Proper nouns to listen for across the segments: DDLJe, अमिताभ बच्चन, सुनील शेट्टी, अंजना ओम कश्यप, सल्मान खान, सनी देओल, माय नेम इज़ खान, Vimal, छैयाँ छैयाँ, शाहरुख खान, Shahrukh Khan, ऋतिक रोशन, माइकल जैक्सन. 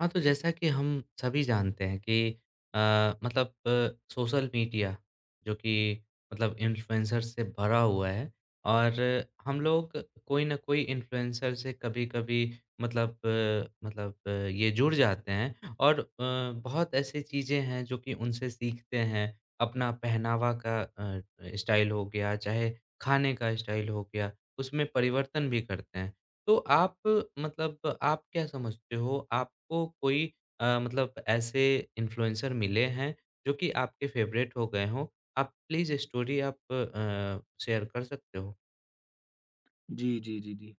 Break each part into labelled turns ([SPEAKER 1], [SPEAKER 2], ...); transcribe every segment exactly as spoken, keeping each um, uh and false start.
[SPEAKER 1] हाँ, तो जैसा कि हम सभी जानते हैं कि अ, मतलब अ, सोशल मीडिया जो कि मतलब इन्फ्लुएंसर्स से भरा हुआ है और हम लोग कोई ना कोई इन्फ्लुएंसर से कभी-कभी मतलब अ, मतलब अ, ये जुड़ जाते हैं और अ, बहुत ऐसी चीज़ें हैं जो कि उनसे सीखते हैं। अपना पहनावा का अ, स्टाइल हो गया, चाहे खाने का स्टाइल हो गया, उसमें परिवर्तन भी करते हैं। तो आप मतलब आप क्या समझते हो आपको कोई अ, मतलब ऐसे इन्फ्लुएंसर मिले हैं जो कि आपके फेवरेट हो गए हों? आप प्लीज़ स्टोरी आप अ, शेयर कर सकते हो?
[SPEAKER 2] जी, जी, जी, जी।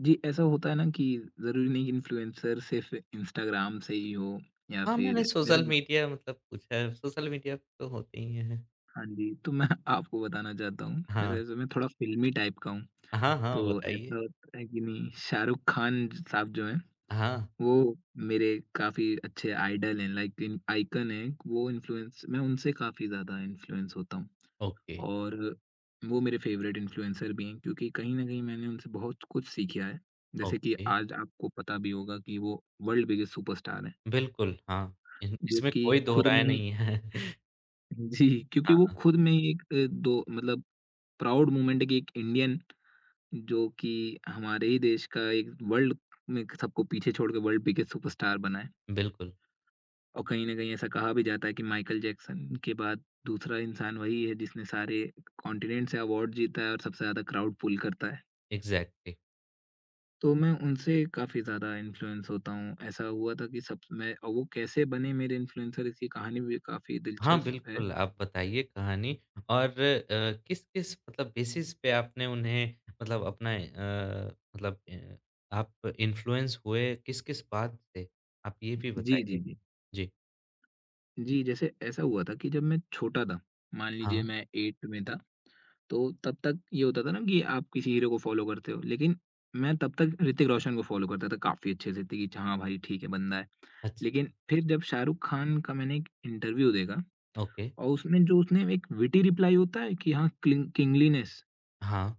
[SPEAKER 2] जी, ऐसा होता है ना कि ज़रूरी नहीं इन्फ्लुएंसर सिर्फ इंस्टाग्राम से ही हो या
[SPEAKER 1] हाँ, मैंने
[SPEAKER 2] फिर जैसे
[SPEAKER 1] सोशल
[SPEAKER 2] म
[SPEAKER 1] मीडिया मतलब पूछा है, सोशल मीडिया तो होते ही हैं।
[SPEAKER 2] हाँ जी, तो मैं आपको बताना चाहता हूँ, वैसे
[SPEAKER 1] हाँ।
[SPEAKER 2] वैसे मैं थोड़ा फ़िल्मी टाइप का हूँ।
[SPEAKER 1] हाँ, हाँ,
[SPEAKER 2] तो
[SPEAKER 1] बताइए।
[SPEAKER 2] ऐसा होता है कि नहीं शाहरुख खान ज- साहब जो हैं,
[SPEAKER 1] हाँ,
[SPEAKER 2] वो मेरे काफ़ी अच्छे आइडल हैं, लाइक इन आइकन हैं। वो इन्फ्लुएंस मैं उनसे काफ़ी ज़्यादा इन्फ्लुएंस होता हूँ।
[SPEAKER 1] ओके,
[SPEAKER 2] और वो मेरे फ़ेवरेट इन्फ्लुएंसर भी हैं क्योंकि कहीं न कहीं मैंने उनसे बहुत कुछ सीखा है। जैसे कि
[SPEAKER 1] ओके।
[SPEAKER 2] आज आपको पता भी होगा कि वो वर्ल्ड बिगेस्ट सुपरस्टार हैं,
[SPEAKER 1] बिल्कुल, हाँ। इन
[SPEAKER 2] जो
[SPEAKER 1] इसमें
[SPEAKER 2] कि
[SPEAKER 1] कोई दो
[SPEAKER 2] खुद
[SPEAKER 1] राय
[SPEAKER 2] में ही
[SPEAKER 1] नहीं है।
[SPEAKER 2] जी, क्योंकि वो
[SPEAKER 1] हाँ,
[SPEAKER 2] खुद में ही एक अ, दो मतलब प्राउड मोमेंट है कि एक इंडियन जो कि हमारे ही देश का एक वर्ल्ड में सबको पीछे छोड़ के वर्ल्ड बिगेस्ट सुपरस्टार बना है।
[SPEAKER 1] बिल्कुल,
[SPEAKER 2] और कहीं न कहीं ऐसा कहा भी जाता है कि माइकल जैक्सन के बाद दूसरा इंसान वही है जिसने सारे कॉन्टिनेंट से अवार्ड जीता है और सबसे ज़्यादा क्राउड पुल करता है।
[SPEAKER 1] इग्ज़ैक्टली।
[SPEAKER 2] तो मैं उनसे काफ़ी ज़्यादा इन्फ्लुएंस होता हूँ। ऐसा हुआ था कि सब मैं और वो कैसे बने मेरे इन्फ्लुएंसर इसकी कहानी भी काफ़ी
[SPEAKER 1] हाँ,
[SPEAKER 2] दिलचस्प है।
[SPEAKER 1] बिल्कुल, आप बताइए कहानी और अ, किस-किस मतलब बेसिस पे आपने उन्हें मतलब अपना अ, मतलब अ, आप इन्फ्लुएंस हुए किस-किस बात से? आप ये भी
[SPEAKER 2] जी,
[SPEAKER 1] बताइए।
[SPEAKER 2] जी, जी।
[SPEAKER 1] जी।
[SPEAKER 2] जी, जैसे ऐसा हुआ था कि जब मैं छोटा था, मान लीजिए
[SPEAKER 1] हाँ,
[SPEAKER 2] मैं आठवीं में था, तो तब तक ये होता था ना कि आप किसी हीरो को फ़ॉलो करते हो। लेकिन मैं तब तक ऋतिक रोशन को फ़ॉलो करता था काफ़ी अच्छे से कि हाँ भाई ठीक है बंदा है। लेकिन
[SPEAKER 1] अच्छा,
[SPEAKER 2] फिर जब शाहरुख़ खान का मैंने एक इंटरव्यू देखा
[SPEAKER 1] ओके।
[SPEAKER 2] और उसमें जो उसने एक विटी रिप्लाई होता है कि हाँ क्लिंग किंगलीनेस।
[SPEAKER 1] हाँ,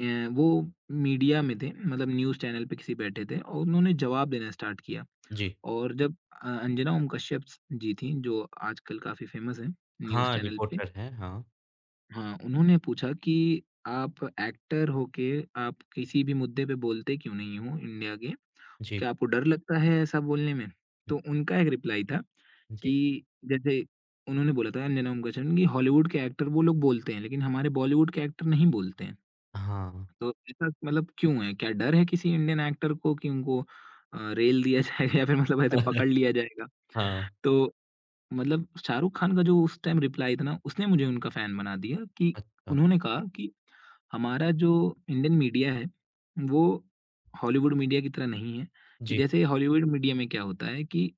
[SPEAKER 2] अ, वो मीडिया में थे मतलब न्यूज़ चैनल पे किसी बैठे थे और उन्होंने जवाब देना स्टार्ट किया
[SPEAKER 1] जी।
[SPEAKER 2] और जब अ, अंजना ओम कश्यप स जी थीं जो आजकल काफ़ी फ़ेमस हैं न्यूज़
[SPEAKER 1] हाँ,
[SPEAKER 2] चैनल पे।
[SPEAKER 1] रिपोर्टर हैं, हाँ।
[SPEAKER 2] हाँ, उन्होंने पूछा कि आप एक्टर होके आप किसी भी मुद्दे पे बोलते क्यों नहीं हो इंडिया के?
[SPEAKER 1] जी,
[SPEAKER 2] क्या आपको डर लगता है ऐसा बोलने में? तो उनका एक रिप्लाई था
[SPEAKER 1] जी,
[SPEAKER 2] कि जैसे उन्होंने बोला था अंजना ओम कश्यप ने कि हॉलीवुड के एक्टर वो लोग बोलते हैं लेकिन हमारे बॉलीवुड के एक्टर नहीं बोलते हैं।
[SPEAKER 1] हाँ।
[SPEAKER 2] तो ऐसा मतलब क्यों है? क्या डर है किसी इंडियन एक्टर को कि उनको अ, रेल दिया जाएगा या फिर मतलब ऐसे पकड़ लिया जाएगा?
[SPEAKER 1] हाँ,
[SPEAKER 2] तो मतलब शाहरुख खान का जो उस टाइम रिप्लाई था ना, उसने मुझे उनका फ़ैन बना दिया कि
[SPEAKER 1] अच्छा।
[SPEAKER 2] उन्होंने कहा कि हमारा जो इंडियन मीडिया है, वो हॉलीवुड मीडिया की तरह नहीं है। कि
[SPEAKER 1] जी,
[SPEAKER 2] जैसे हॉलीवुड मीडिया में क्या होता है कि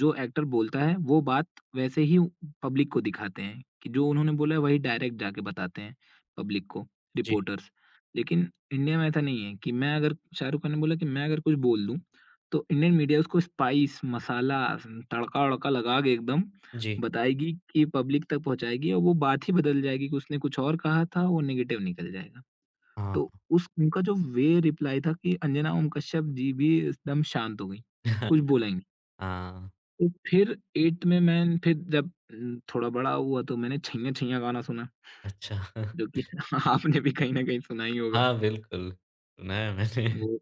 [SPEAKER 2] जो एक्टर बोलता है, वो बात वैसे ही पब्लिक को दिखाते हैं कि जो उन्होंने बोला है, वही डायरेक्ट जाके बताते हैं पब्लिक को,
[SPEAKER 1] जी,
[SPEAKER 2] रिपोर्टर्स। लेकिन इंडिया में ऐसा नहीं है कि मैं अगर शाहरुख खान ने बोला कि मैं अगर कुछ बोल दूँ, तो इंडियन मीडिया उसको स्पाइस, मसाला, तड़का-वड़का लगा के एकदम
[SPEAKER 1] जी,
[SPEAKER 2] बताएगी कि पब्लिक तक पहुँचाएगी और वो बात ही बदल जाएगी कि उसने कुछ और कहा था, वो नेगेटिव निकल जाएगा।
[SPEAKER 1] हाँ।
[SPEAKER 2] तो उस उनका जो वे रिप्लाई था कि अंजना ओम कश्यप जी भी एकदम शांत हो गईं, कुछ बोला ही नहीं।
[SPEAKER 1] हाँ,
[SPEAKER 2] तो फिर आठवीं में मैं फिर जब उम, थोड़ा बड़ा हुआ तो मैंने छैयाँ छैयाँ गाना सुना,
[SPEAKER 1] अच्छा।
[SPEAKER 2] जो कि आपने भी कहीं न कहीं सुना ही होगा।
[SPEAKER 1] हाँ, बिल्कुल, सुना है मैंने।
[SPEAKER 2] वो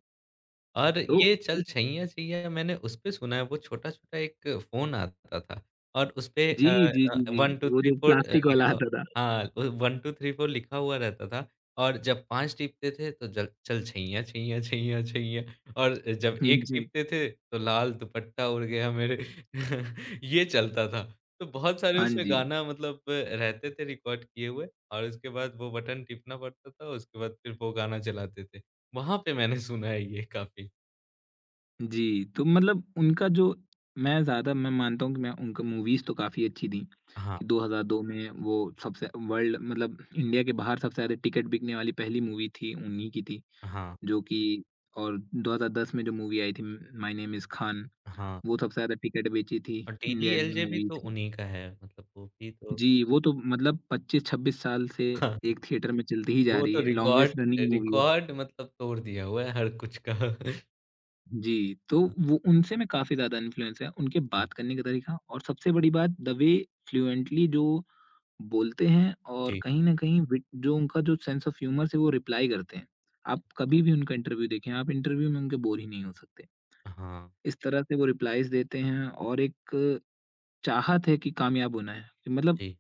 [SPEAKER 1] और
[SPEAKER 2] तो
[SPEAKER 1] ये चलछैया-छैया मैंने उसपे सुना है, वो छोटा-छोटा एक फ़ोन आता था और उसपे
[SPEAKER 2] जी,
[SPEAKER 1] अ
[SPEAKER 2] जी,
[SPEAKER 1] अ,
[SPEAKER 2] जी, जी।
[SPEAKER 1] वन टू
[SPEAKER 2] वो
[SPEAKER 1] थ्री
[SPEAKER 2] जो
[SPEAKER 1] फोर अ,
[SPEAKER 2] प्लास्टिक वाला
[SPEAKER 1] लिखा।
[SPEAKER 2] आता था।
[SPEAKER 1] हाँ, अ, वन टू थ्री फोर लिखा हुआ रहता था और जब पाँच टीपते थे तो जल चल छैया-छैया-छैया-छैया और जब
[SPEAKER 2] हुँ,
[SPEAKER 1] एक
[SPEAKER 2] जी।
[SPEAKER 1] टीपते थे तो लाल दुपट्टा उड़ गया मेरे। ये चलता था। तो बहुत सारे
[SPEAKER 2] हाँ
[SPEAKER 1] उसमें
[SPEAKER 2] जी।
[SPEAKER 1] गाना मतलब रहते थे रिकॉर्ड किए हुए और उसके बाद वो बटन टिपना पड़ता था, उसके बाद फिर वो गाना चलाते थे। वहाँ पे मैंने सुना है ये काफ़ी।
[SPEAKER 2] जी, तो मतलब उनका जो मैं ज़्यादा मैं मानता हूँ कि मैं उनको मूवीज़ तो काफ़ी अच्छी थी
[SPEAKER 1] हाँ,
[SPEAKER 2] कि दो हज़ार दो में वो सबसे वर्ल्ड मतलब इंडिया के बाहर सबसे ज़्यादा टिकट बिकने वाली पहली मूवी थी, उन्हीं की थी,
[SPEAKER 1] हाँ,
[SPEAKER 2] जो कि और दो हज़ार दस में जो मूवी आई थी माय नेम इज़ खान,
[SPEAKER 1] हाँ
[SPEAKER 2] वो सबसे ज़्यादा टिकट बेची थी
[SPEAKER 1] और
[SPEAKER 2] इंडियन
[SPEAKER 1] डीडीएलजे भी
[SPEAKER 2] मूवीज़
[SPEAKER 1] तो
[SPEAKER 2] की।
[SPEAKER 1] उन्हीं का है मतलब वो भी तो।
[SPEAKER 2] जी, वो तो मतलब पच्चीस छब्बीस साल से
[SPEAKER 1] हाँ,
[SPEAKER 2] एक थिएटर में चलती ही जा
[SPEAKER 1] वो
[SPEAKER 2] रही
[SPEAKER 1] तो
[SPEAKER 2] है,
[SPEAKER 1] रिकॉर्ड
[SPEAKER 2] लॉन्गेस्ट रनिंग मूवी है।
[SPEAKER 1] रिकॉर्ड मतलब तोड़ दिया हुआ है हर कुछ का।
[SPEAKER 2] जी, तो
[SPEAKER 1] हाँ
[SPEAKER 2] वो उनसे मैं काफ़ी ज़्यादा इन्फ्लुएंस है, उनके
[SPEAKER 1] जी,
[SPEAKER 2] बात करने का तरीका और सबसे बड़ी बात द वे फ्लुएंटली जो बोलते हैं और
[SPEAKER 1] जी,
[SPEAKER 2] कहीं न कहीं विट जो उनका जो सेंस ऑफ ह्यूमर से वो रिप्लाई करते हैं। आप कभी भी उनका इंटरव्यू देखें, आप इंटरव्यू में उनके बोर ही नहीं हो सकते।
[SPEAKER 1] हाँ,
[SPEAKER 2] इस तरह से वो रिप्लाइज़ देते हैं और एक चाहत है कि कामयाब होना है। कि मतलब
[SPEAKER 1] जी,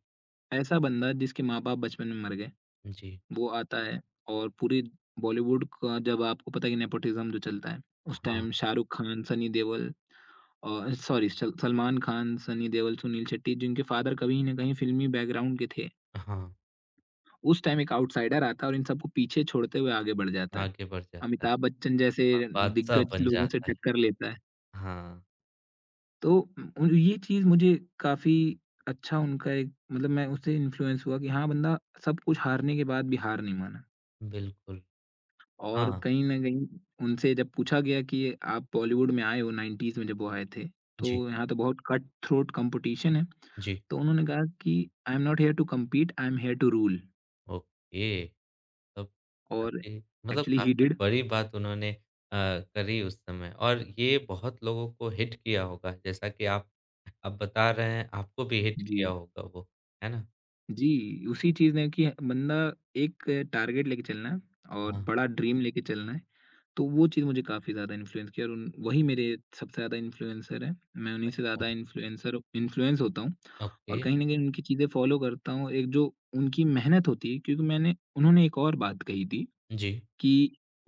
[SPEAKER 2] ऐसा बंदा जिसके माँ-बाप बचपन में मर गए,
[SPEAKER 1] जी,
[SPEAKER 2] वो आता है और पूरी बॉलीवुड का जब आपको पता है कि नेपोटिज़्म जो चलता है, उस
[SPEAKER 1] हाँ,
[SPEAKER 2] टाइम शाहरुख खान, सनी देओल, अ, सॉरी सल सलमान खान, सनी देओल, सुनील शेट्टी जिनके फ़ादर कहीं न कहीं फ़िल्मी बैकग्राउंड के थे।
[SPEAKER 1] हाँ,
[SPEAKER 2] उस टाइम एक आउटसाइडर आता है और इन सबको पीछे छोड़ते हुए आगे बढ़ जाता है।
[SPEAKER 1] आगे बढ़ जाता है
[SPEAKER 2] अमिताभ बच्चन जैसे
[SPEAKER 1] और बादशाह
[SPEAKER 2] दिग्गज
[SPEAKER 1] बन
[SPEAKER 2] लोगों से
[SPEAKER 1] जाता है।
[SPEAKER 2] टक्कर लेता है।
[SPEAKER 1] हाँ,
[SPEAKER 2] तो उम, ये चीज़ मुझे काफ़ी अच्छा उनका एक मतलब मैं उससे इन्फ्लुएंस हुआ कि हाँ, बंदा सब कुछ हारने के बाद भी हार नहीं माना।
[SPEAKER 1] बिल्कुल,
[SPEAKER 2] और
[SPEAKER 1] हाँ,
[SPEAKER 2] कहीं न कहीं उनसे जब पूछा गया कि आप बॉलीवुड में आए हो नाइंटीज़ में जब वो आए थे,
[SPEAKER 1] जी,
[SPEAKER 2] तो यहाँ तो बहुत कट थ्रोट कॉम्पिटिशन है।
[SPEAKER 1] जी,
[SPEAKER 2] तो उन्होंने कहा कि I am not here to compete, I am here to rule
[SPEAKER 1] okay. तब
[SPEAKER 2] और
[SPEAKER 1] काफ़ी मतलब
[SPEAKER 2] एक्चुअली ही
[SPEAKER 1] काफ़ी
[SPEAKER 2] डिड।
[SPEAKER 1] बड़ी बात उन्होंने अ, करी उस समय और ये बहुत लोगों को हिट किया होगा, जैसा कि आप आप बता रहे हैं, आपको भी हिट किया
[SPEAKER 2] जी।
[SPEAKER 1] होगा वो, है ना?
[SPEAKER 2] जी, उसी चीज़ ने कि बंदा एक टारगेट लेके चलना है और
[SPEAKER 1] हाँ,
[SPEAKER 2] बड़ा ड्रीम लेके चलना है, तो वो चीज़ मुझे काफ़ी ज़्यादा इन्फ्लुएंस किया और उन वही मेरे सबसे ज़्यादा इन्फ्लुएंसर हैं। मैं उन्हीं से
[SPEAKER 1] हाँ,
[SPEAKER 2] ज़्यादा इन्फ्लुएंसर इन्फ्लुएंस होता हूँ
[SPEAKER 1] ओके,
[SPEAKER 2] और कहीं न कहीं उनकी चीज़ें फॉलो करता हूँ। एक जो उनकी मेहनत होती है क्योंकि मैंने उन्होंने एक और बात कही थी
[SPEAKER 1] जी,
[SPEAKER 2] कि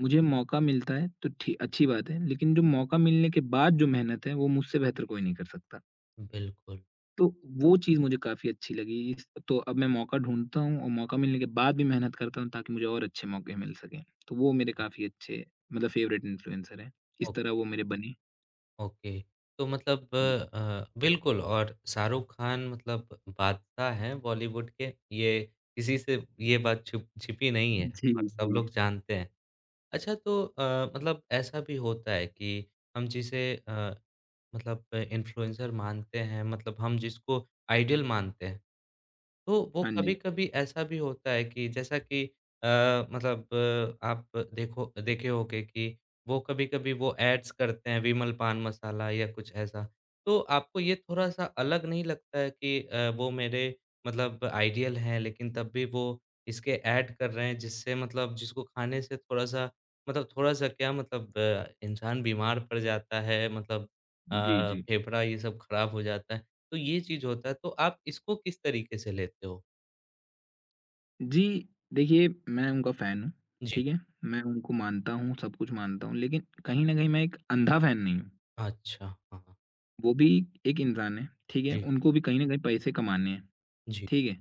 [SPEAKER 2] मुझे मौका मिलता है तो ठी अच्छी बात है, लेकिन जो मौका मिलने के बाद जो मेहनत है, वो मुझसे बेहतर कोई नहीं कर सकता।
[SPEAKER 1] बिल्कुल,
[SPEAKER 2] तो वो चीज़ मुझे काफ़ी अच्छी लगी। इस तो अब मैं मौका ढूँढता हूँ और मौका मिलने के बाद भी मेहनत करता हूँ ताकि मुझे और अच्छे मौके मिल सकें। तो वो मेरे
[SPEAKER 1] जी,
[SPEAKER 2] काफ़ी अच्छे मतलब फ़ेवरेट इन्फ्लुएंसर हैं। इस
[SPEAKER 1] ओक
[SPEAKER 2] तरह वो मेरे बने।
[SPEAKER 1] ओके। तो मतलब
[SPEAKER 2] जी।
[SPEAKER 1] अ, बिल्कुल और शाहरुख खान मतलब बादशाह हैं बॉलीवुड के, ये किसी से ये बात छुप छिपी नहीं है
[SPEAKER 2] जी,
[SPEAKER 1] और सब
[SPEAKER 2] जी।
[SPEAKER 1] लोग जानते हैं। अच्छा तो अ, मतलब ऐसा भी होता है कि हम जिसे अ, मतलब इन्फ्लुएंसर मानते हैं मतलब हम जिसको आइडियल मानते हैं तो वो
[SPEAKER 2] हाँ जी।
[SPEAKER 1] कभी-कभी ऐसा भी होता है कि जैसा कि अ, मतलब अ, आप देखो देखे होंगे कि वो कभी-कभी वो एड्स करते हैं विमल पान मसाला या कुछ ऐसा। तो आपको ये थोड़ा-सा अलग नहीं लगता है कि अ, वो मेरे मतलब आइडियल हैं लेकिन तब भी वो इसके एड कर रहे हैं जिससे मतलब जिसको खाने से थोड़ा-सा मतलब थोड़ा-सा क्या मतलब अ, इंसान बीमार पड़ जाता है मतलब
[SPEAKER 2] जी,
[SPEAKER 1] अ,
[SPEAKER 2] जी।
[SPEAKER 1] फेफड़ा ये सब खराब हो जाता है। तो ये चीज़ होता है, तो आप इसको किस तरीके से लेते हो?
[SPEAKER 2] जी, देखिए मैं उनका फ़ैन हूँ,
[SPEAKER 1] जी।
[SPEAKER 2] ठीक है? मैं उनको मानता हूँ, सब कुछ मानता हूँ, लेकिन कहीं न कहीं मैं एक अंधा फ़ैन नहीं हूँ।
[SPEAKER 1] अच्छा, हाँ।
[SPEAKER 2] वो भी एक इंसान है, ठीक है?
[SPEAKER 1] जी,
[SPEAKER 2] उनको भी कहीं न कहीं पैसे कमाने हैं,
[SPEAKER 1] जी,
[SPEAKER 2] ठीक है?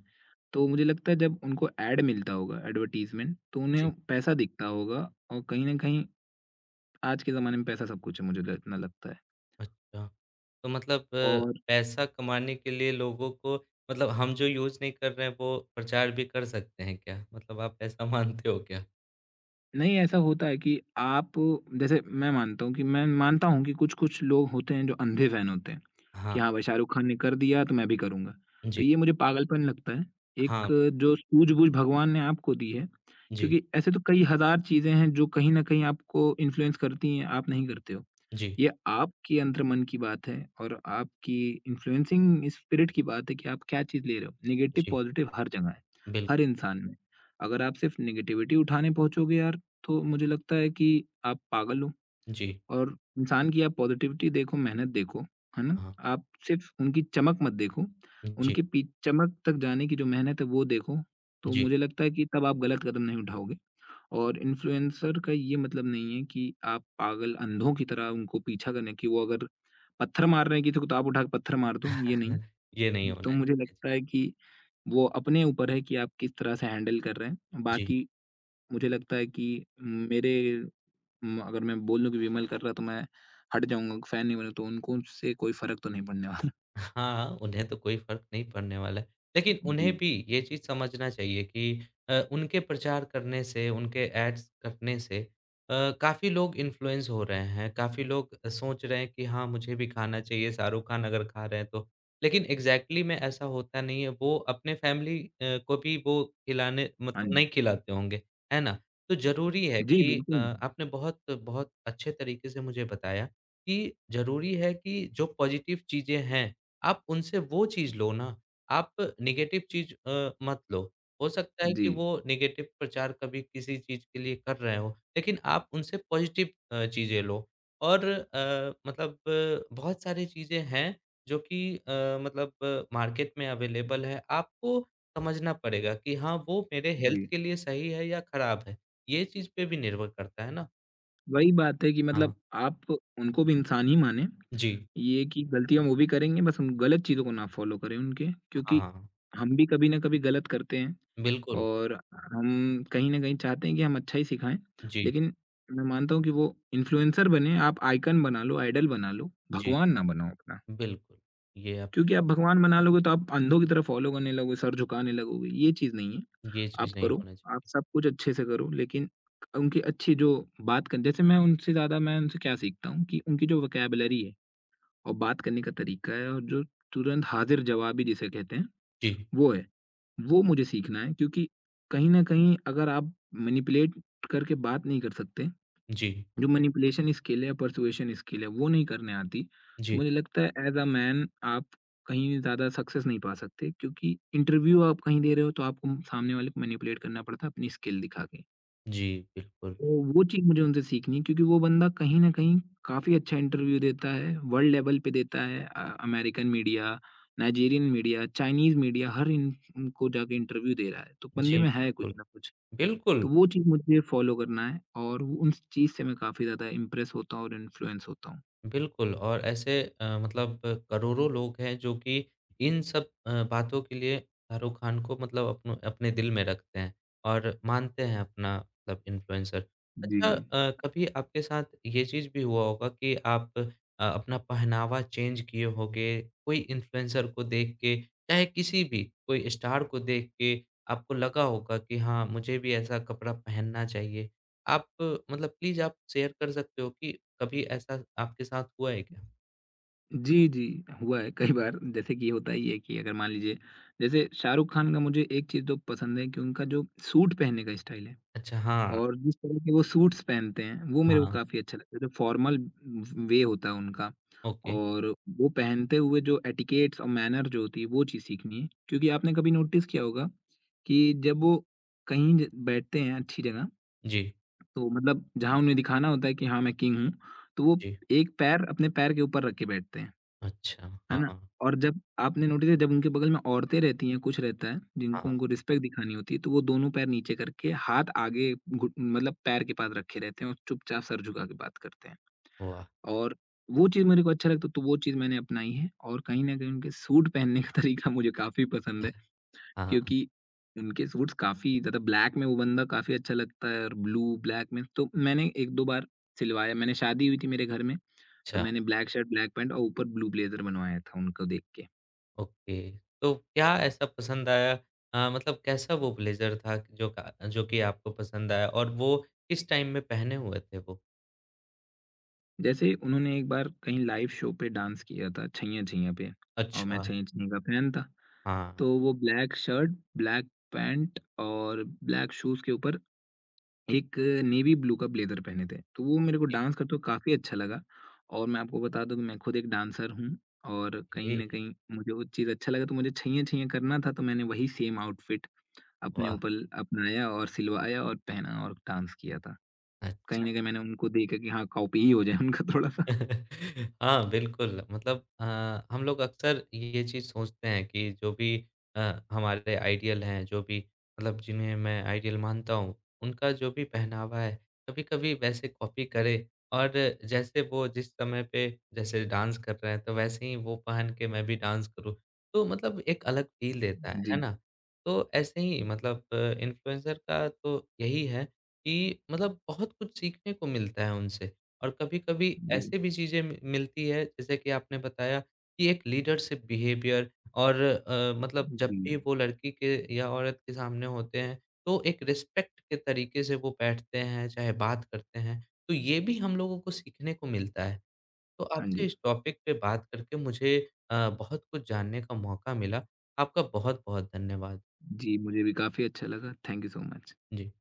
[SPEAKER 2] तो मुझे लगता है जब उनको ऐड मिलता होगा, एडवर्टाइज़मेंट, तो
[SPEAKER 1] जी।
[SPEAKER 2] उन्हें पैसा दिखता होगा और कहीं न कहीं आज के ज़माने में पैसा सब कुछ है मुझे ल इतना लगता है।
[SPEAKER 1] अच्छा, तो मतलब अ,
[SPEAKER 2] और
[SPEAKER 1] पैसा कमाने के लिए लोगों को मतलब हम जो यूज़ नहीं कर रहे हैं, वो प्रचार भी कर सकते हैं क्या? मतलब आप ऐसा मानते हो क्या?
[SPEAKER 2] नहीं, ऐसा होता है कि आप जैसे मैं मानता हूँ कि मैं मानता हूँ कि कुछ-कुछ लोग होते हैं जो अंधे फ़ैन होते हैं,
[SPEAKER 1] हाँ,
[SPEAKER 2] कि हाँ भाई शाहरुख खान ने कर दिया तो मैं भी करूँगा। तो
[SPEAKER 1] जी,
[SPEAKER 2] ये मुझे पागलपन लगता है। एक
[SPEAKER 1] हाँ,
[SPEAKER 2] जो सूझबूझ भगवान ने आपको दी है,
[SPEAKER 1] जी,
[SPEAKER 2] क्योंकि ऐसे तो कई हज़ार चीज़ें हैं जो कहीं न कहीं आपको इन्फ्लुएंस करती हैं, आप नहीं करते हो।
[SPEAKER 1] जी,
[SPEAKER 2] ये आपके अंतर्मन की बात है और आपकी इन्फ्लुएंसिंग स्पिरिट की बात है कि आप क्या चीज़ ले रहे हो। नेगेटिव,
[SPEAKER 1] जी,
[SPEAKER 2] पॉज़िटिव हर जगह है,
[SPEAKER 1] बिल्कुल,
[SPEAKER 2] हर इंसान में। अगर आप सिर्फ़ नेगेटिविटी उठाने पहुँचोगे यार, तो मुझे लगता है कि आप पागल हो
[SPEAKER 1] जी,
[SPEAKER 2] और इंसान की आप पॉज़िटिविटी देखो, मेहनत देखो, है ना?
[SPEAKER 1] हाँ,
[SPEAKER 2] आप सिर्फ़ उनकी चमक मत देखो,
[SPEAKER 1] जी,
[SPEAKER 2] उनके पी चमक तक जाने की जो मेहनत है, वो देखो। तो
[SPEAKER 1] जी।
[SPEAKER 2] मुझे लगता है कि तब आप गलत कदम नहीं उठाओगे। और इन्फ्लुएंसर का ये मतलब नहीं है कि आप पागल अंधों की तरह उनको पीछा करने की वो अगर पत्थर मार रहे हैं किसी को तो आप उठा के पत्थर मार दो, ये नहीं।
[SPEAKER 1] ये नहीं
[SPEAKER 2] तो
[SPEAKER 1] होना
[SPEAKER 2] मुझे
[SPEAKER 1] चाहिए।
[SPEAKER 2] लगता है कि वो अपने ऊपर है कि आप किस तरह से हैंडल कर रहे हैं।
[SPEAKER 1] जी।
[SPEAKER 2] बाकी मुझे लगता है कि मेरे म अगर मैं बोल दूँ कि विमल कर रहा है तो मैं हट जाऊँगा, फैन नहीं बना तो उनको उससे कोई फ़र्क तो नहीं पड़ने वाला।
[SPEAKER 1] हाँ, उन्हें तो कोई फ़र्क नहीं पड़ने वाला है। लेकिन उन्हें
[SPEAKER 2] जी,
[SPEAKER 1] भी ये चीज़ समझना चाहिए कि अ, उनके प्रचार करने से, उनके एड्स करने से अ, काफ़ी लोग इन्फ्लुएंस हो रहे हैं, काफ़ी लोग सोच रहे हैं कि हाँ, मुझे भी खाना चाहिए, शाहरुख खान अगर खा रहे हैं तो। लेकिन एग्ज़ैक्टली में ऐसा होता नहीं है, वो अपने फैमिली अ, को भी वो खिलाने
[SPEAKER 2] हाँ
[SPEAKER 1] मतलब
[SPEAKER 2] जी।
[SPEAKER 1] नहीं खिलाते होंगे, है ना? तो ज़रूरी है
[SPEAKER 2] जी,
[SPEAKER 1] कि अ,
[SPEAKER 2] बिल्कुल।
[SPEAKER 1] आपने बहुत बहुत अच्छे तरीके से मुझे बताया कि ज़रूरी है कि जो पॉज़िटिव चीज़ें हैं आप उनसे वो चीज़ लो ना, आप नेगेटिव चीज़ अ, मत लो। हो सकता है
[SPEAKER 2] जी,
[SPEAKER 1] कि वो नेगेटिव प्रचार कभी किसी चीज़ के लिए कर रहे हों, लेकिन आप उनसे पॉज़िटिव अ, चीज़ें लो। और अ, मतलब अ, बहुत सारी चीज़ें हैं जो कि अ, मतलब मार्केट में अवेलेबल है। आपको समझना पड़ेगा कि हाँ, वो मेरे हेल्थ
[SPEAKER 2] जी।
[SPEAKER 1] के लिए सही है या खराब है। ये चीज़ पे भी निर्भर करता है ना।
[SPEAKER 2] वही बात है कि
[SPEAKER 1] हाँ,
[SPEAKER 2] मतलब आप उनको भी इंसान ही मानें।
[SPEAKER 1] जी।
[SPEAKER 2] ये कि गलतियाँ वो भी करेंगे, बस हम गलत चीज़ों को ना फ़ॉलो करें उनके, क्योंकि
[SPEAKER 1] हाँ,
[SPEAKER 2] हम भी कभी न कभी गलत करते हैं
[SPEAKER 1] बिल्कुल।
[SPEAKER 2] और हम कहीं न कहीं चाहते हैं कि हम अच्छा ही सिखाएँ।
[SPEAKER 1] जी,
[SPEAKER 2] लेकिन मैं मानता हूँ कि वो इन्फ्लुएंसर बने, आप आइकन बना लो, आइडल बना लो,
[SPEAKER 1] जी,
[SPEAKER 2] भगवान ना बनाओ अपना।
[SPEAKER 1] बिल्कुल। ये आपने
[SPEAKER 2] क्योंकि आप
[SPEAKER 1] बहुत।
[SPEAKER 2] भगवान बना लोगे तो आप अंधों की तरह फ़ॉलो करने लगोगे, सर झुकाने लगोगे, ये चीज़ नहीं है।
[SPEAKER 1] ये चीज़
[SPEAKER 2] आप
[SPEAKER 1] नहीं
[SPEAKER 2] करो,
[SPEAKER 1] होना
[SPEAKER 2] आप
[SPEAKER 1] चाहिए।
[SPEAKER 2] सब कुछ अच्छे से करो लेकिन उनकी अच्छी जो बात कर जैसे मैं उनसे ज़्यादा मैं उनसे क्या सीखता हूँ कि उनकी जो वोकैब्युलरी है और बात करने का तरीका है और जो तुरंत हाज़िर-जवाबी जिसे कहते हैं,
[SPEAKER 1] जी,
[SPEAKER 2] वो है। वो मुझे सीखना है क्योंकि कहीं न कहीं अगर आप मैनिपुलेट करके बात नहीं कर सकते,
[SPEAKER 1] जी,
[SPEAKER 2] जो मैनिपुलेशन स्किल है, पर्सुएशन स्किल है, वो नहीं करने आती, तो
[SPEAKER 1] जी,
[SPEAKER 2] मुझे लगता है एज़ अ मैन आप कहीं ज़्यादा सक्सेस नहीं पा सकते क्योंकि इंटरव्यू आप कहीं दे रहे हो तो आपको सामने वाले को मैनिपुलेट करना पड़ता है अपनी स्किल दिखा के।
[SPEAKER 1] जी, बिल्कुल।
[SPEAKER 2] तो वो चीज़ मुझे उनसे सीखनी है क्योंकि वो बंदा कहीं न कहीं काफ़ी अच्छा इंटरव्यू देता है, वर्ल्ड लेवल पे देता है। अ, American media, Nigerian media, Chinese media हर इन उनको जाके इंटरव्यू दे रहा है, तो बंदे
[SPEAKER 1] जी,
[SPEAKER 2] में है कुछ
[SPEAKER 1] बिल्कुल।
[SPEAKER 2] ना कुछ। तो
[SPEAKER 1] बिल्कुल,
[SPEAKER 2] वो चीज़ मुझे फ़ॉलो करना है और वो- उन चीज़ से मैं काफ़ी ज़्यादा इम्प्रेस होता हूँ और इन्फ्लुएंस होता हूँ।
[SPEAKER 1] बिल्कुल और ऐसे अ, मतलब करोड़ों लोग हैं जो कि इन सब अ, बातों के लिए शाहरुख खान को मतलब अपनो अपने दिल में रखते हैं और मानते हैं अपना मतलब इन्फ्लुएंसर।
[SPEAKER 2] जी।
[SPEAKER 1] अच्छा अ, कभी आपके साथ ये चीज़ भी हुआ होगा कि आप अ, अपना पहनावा चेंज किए होंगे, कोई इन्फ्लुएंसर को देख के, चाहे किसी भी कोई स्टार को देख के आपको लगा होगा कि हाँ, मुझे भी ऐसा कपड़ा पहनना चाहिए। आप अ, मतलब प्लीज़ आप शेयर कर सकते हो कि कभी ऐसा आपके साथ हुआ है क्या?
[SPEAKER 2] जी, जी, हुआ है कई बार जैसे कि होता ही है कि अगर मान लीजिए जैसे शाहरुख़ ख़ान का मुझे एक चीज़ तो पसंद है कि उनका जो सूट पहनने का स्टाइल है
[SPEAKER 1] अच्छा, हाँ,
[SPEAKER 2] और जिस तरह के वो सूट्स पहनते हैं, वो मेरे को
[SPEAKER 1] हाँ,
[SPEAKER 2] काफ़ी अच्छा लगता है। जो फ़ॉर्मल वे होता है उनका
[SPEAKER 1] ओके,
[SPEAKER 2] और वो पहनते हुए जो एटिकेट्स और मैनर जो होती है, वो चीज़ सीखनी है। क्योंकि आपने कभी नोटिस किया होगा कि जब वो कहीं ज बैठते हैं अच्छी जगह,
[SPEAKER 1] जी,
[SPEAKER 2] तो मतलब जहाँ उन्हें दिखाना होता है कि हाँ, मैं किंग हूँ, तो वो
[SPEAKER 1] जी,
[SPEAKER 2] एक पैर अपने पैर के ऊपर रख के बैठते हैं,
[SPEAKER 1] अच्छा,
[SPEAKER 2] है ना?
[SPEAKER 1] हाँ,
[SPEAKER 2] और जब आपने नोटिस किया जब उनके बगल में औरतें रहती हैं, कुछ रहता है, जिनको
[SPEAKER 1] हाँ,
[SPEAKER 2] उनको रिस्पेक्ट दिखानी होती है, तो वो दोनों पैर नीचे करके, हाथ आगे घुट मतलब पैर के पास रखे रहते हैं और चुपचाप सर झुका के बात करते हैं।
[SPEAKER 1] वाह!
[SPEAKER 2] और वो चीज़ मेरे को अच्छा लगता है, तो वो चीज़ मैंने अपनाई है और कहीं न कहीं उनके सूट पहनने का तरीका मुझे काफ़ी पसंद है।
[SPEAKER 1] हाँ,
[SPEAKER 2] क्योंकि उनके सूट्स काफ़ी ज़्यादा ब्लैक में वो बंदा काफ़ी अच्छा लगता है और ब्लू, ब्लैक में तो मैंने एक दो बार सिलवाया। मैंने शादी हुई थी मेरे घर में, तो
[SPEAKER 1] अच्छा,
[SPEAKER 2] मैंने ब्लैक शर्ट, ब्लैक पैंट और ऊपर ब्लू ब्लेज़र बनवाया था उनको देख के।
[SPEAKER 1] ओके। तो क्या ऐसा पसंद आया अ, मतलब कैसा वो ब्लेज़र था कि जो का जो कि आपको पसंद आया और वो किस टाइम में पहने हुए थे वो?
[SPEAKER 2] जैसे उन्होंने एक बार कहीं लाइव शो पे डांस किया था छैया छैया पे और मैं
[SPEAKER 1] अच्छा,
[SPEAKER 2] छैया छैया का फैन था।
[SPEAKER 1] हाँ,
[SPEAKER 2] तो वो ब्लैक शर्ट, ब्लैक पैंट और ब्लैक शूज़ के ऊपर एक नेवी ब्लू का ब्लेज़र पहने थे, तो वो मेरे को
[SPEAKER 1] ए
[SPEAKER 2] डांस करते हुए काफ़ी अच्छा लगा और मैं आपको बता दूँ कि मैं खुद एक डांसर हूँ और कहीं
[SPEAKER 1] ए
[SPEAKER 2] न कहीं मुझे वो चीज़ अच्छा लगा, तो मुझे छैया-छैया करना था, तो मैंने वही सेम आउटफ़िट अपने
[SPEAKER 1] वाह!
[SPEAKER 2] ऊपर अपनाया और सिलवाया और पहना और डांस किया था। कहीं
[SPEAKER 1] अच्छा।
[SPEAKER 2] न कहीं मैंने उनको देखा कि हाँ, कॉपी ही हो जाए उनका थोड़ा-सा।
[SPEAKER 1] हाँ, बिल्कुल मतलब अ, हम लोग अक्सर ये चीज़ सोचते हैं कि जो भी अ, हमारे आइडियल हैं, जो भी मतलब जिन्हें मैं आइडियल मानता हूँ, उनका जो भी पहनावा है, कभी-कभी वैसे कॉपी करें और जैसे वो जिस समय पे जैसे डांस कर रहे हैं, तो वैसे ही वो पहन के मैं भी डांस करूँ। तो मतलब एक अलग फ़ील देता है,
[SPEAKER 2] जी,
[SPEAKER 1] है ना? तो ऐसे ही मतलब इन्फ्लुएंसर का तो यही है कि मतलब बहुत कुछ सीखने को मिलता है उनसे। और कभी-कभी
[SPEAKER 2] जी,
[SPEAKER 1] ऐसे भी चीज़ें मि मिलती है जैसे कि आपने बताया कि एक लीडरशिप बिहेवियर और अ, मतलब जब
[SPEAKER 2] जी।
[SPEAKER 1] भी वो लड़की के या औरत के सामने होते हैं तो एक रिस्पेक्ट के तरीके से वो बैठते हैं, चाहे बात करते हैं, तो ये भी हम लोगों को सीखने को मिलता है। तो
[SPEAKER 2] हाँ
[SPEAKER 1] आपसे
[SPEAKER 2] जी।
[SPEAKER 1] इस टॉपिक पे बात करके मुझे अ, बहुत कुछ जानने का मौका मिला। आपका बहुत-बहुत धन्यवाद।
[SPEAKER 2] जी, मुझे भी काफ़ी अच्छा लगा। Thank you so much.
[SPEAKER 1] Ji.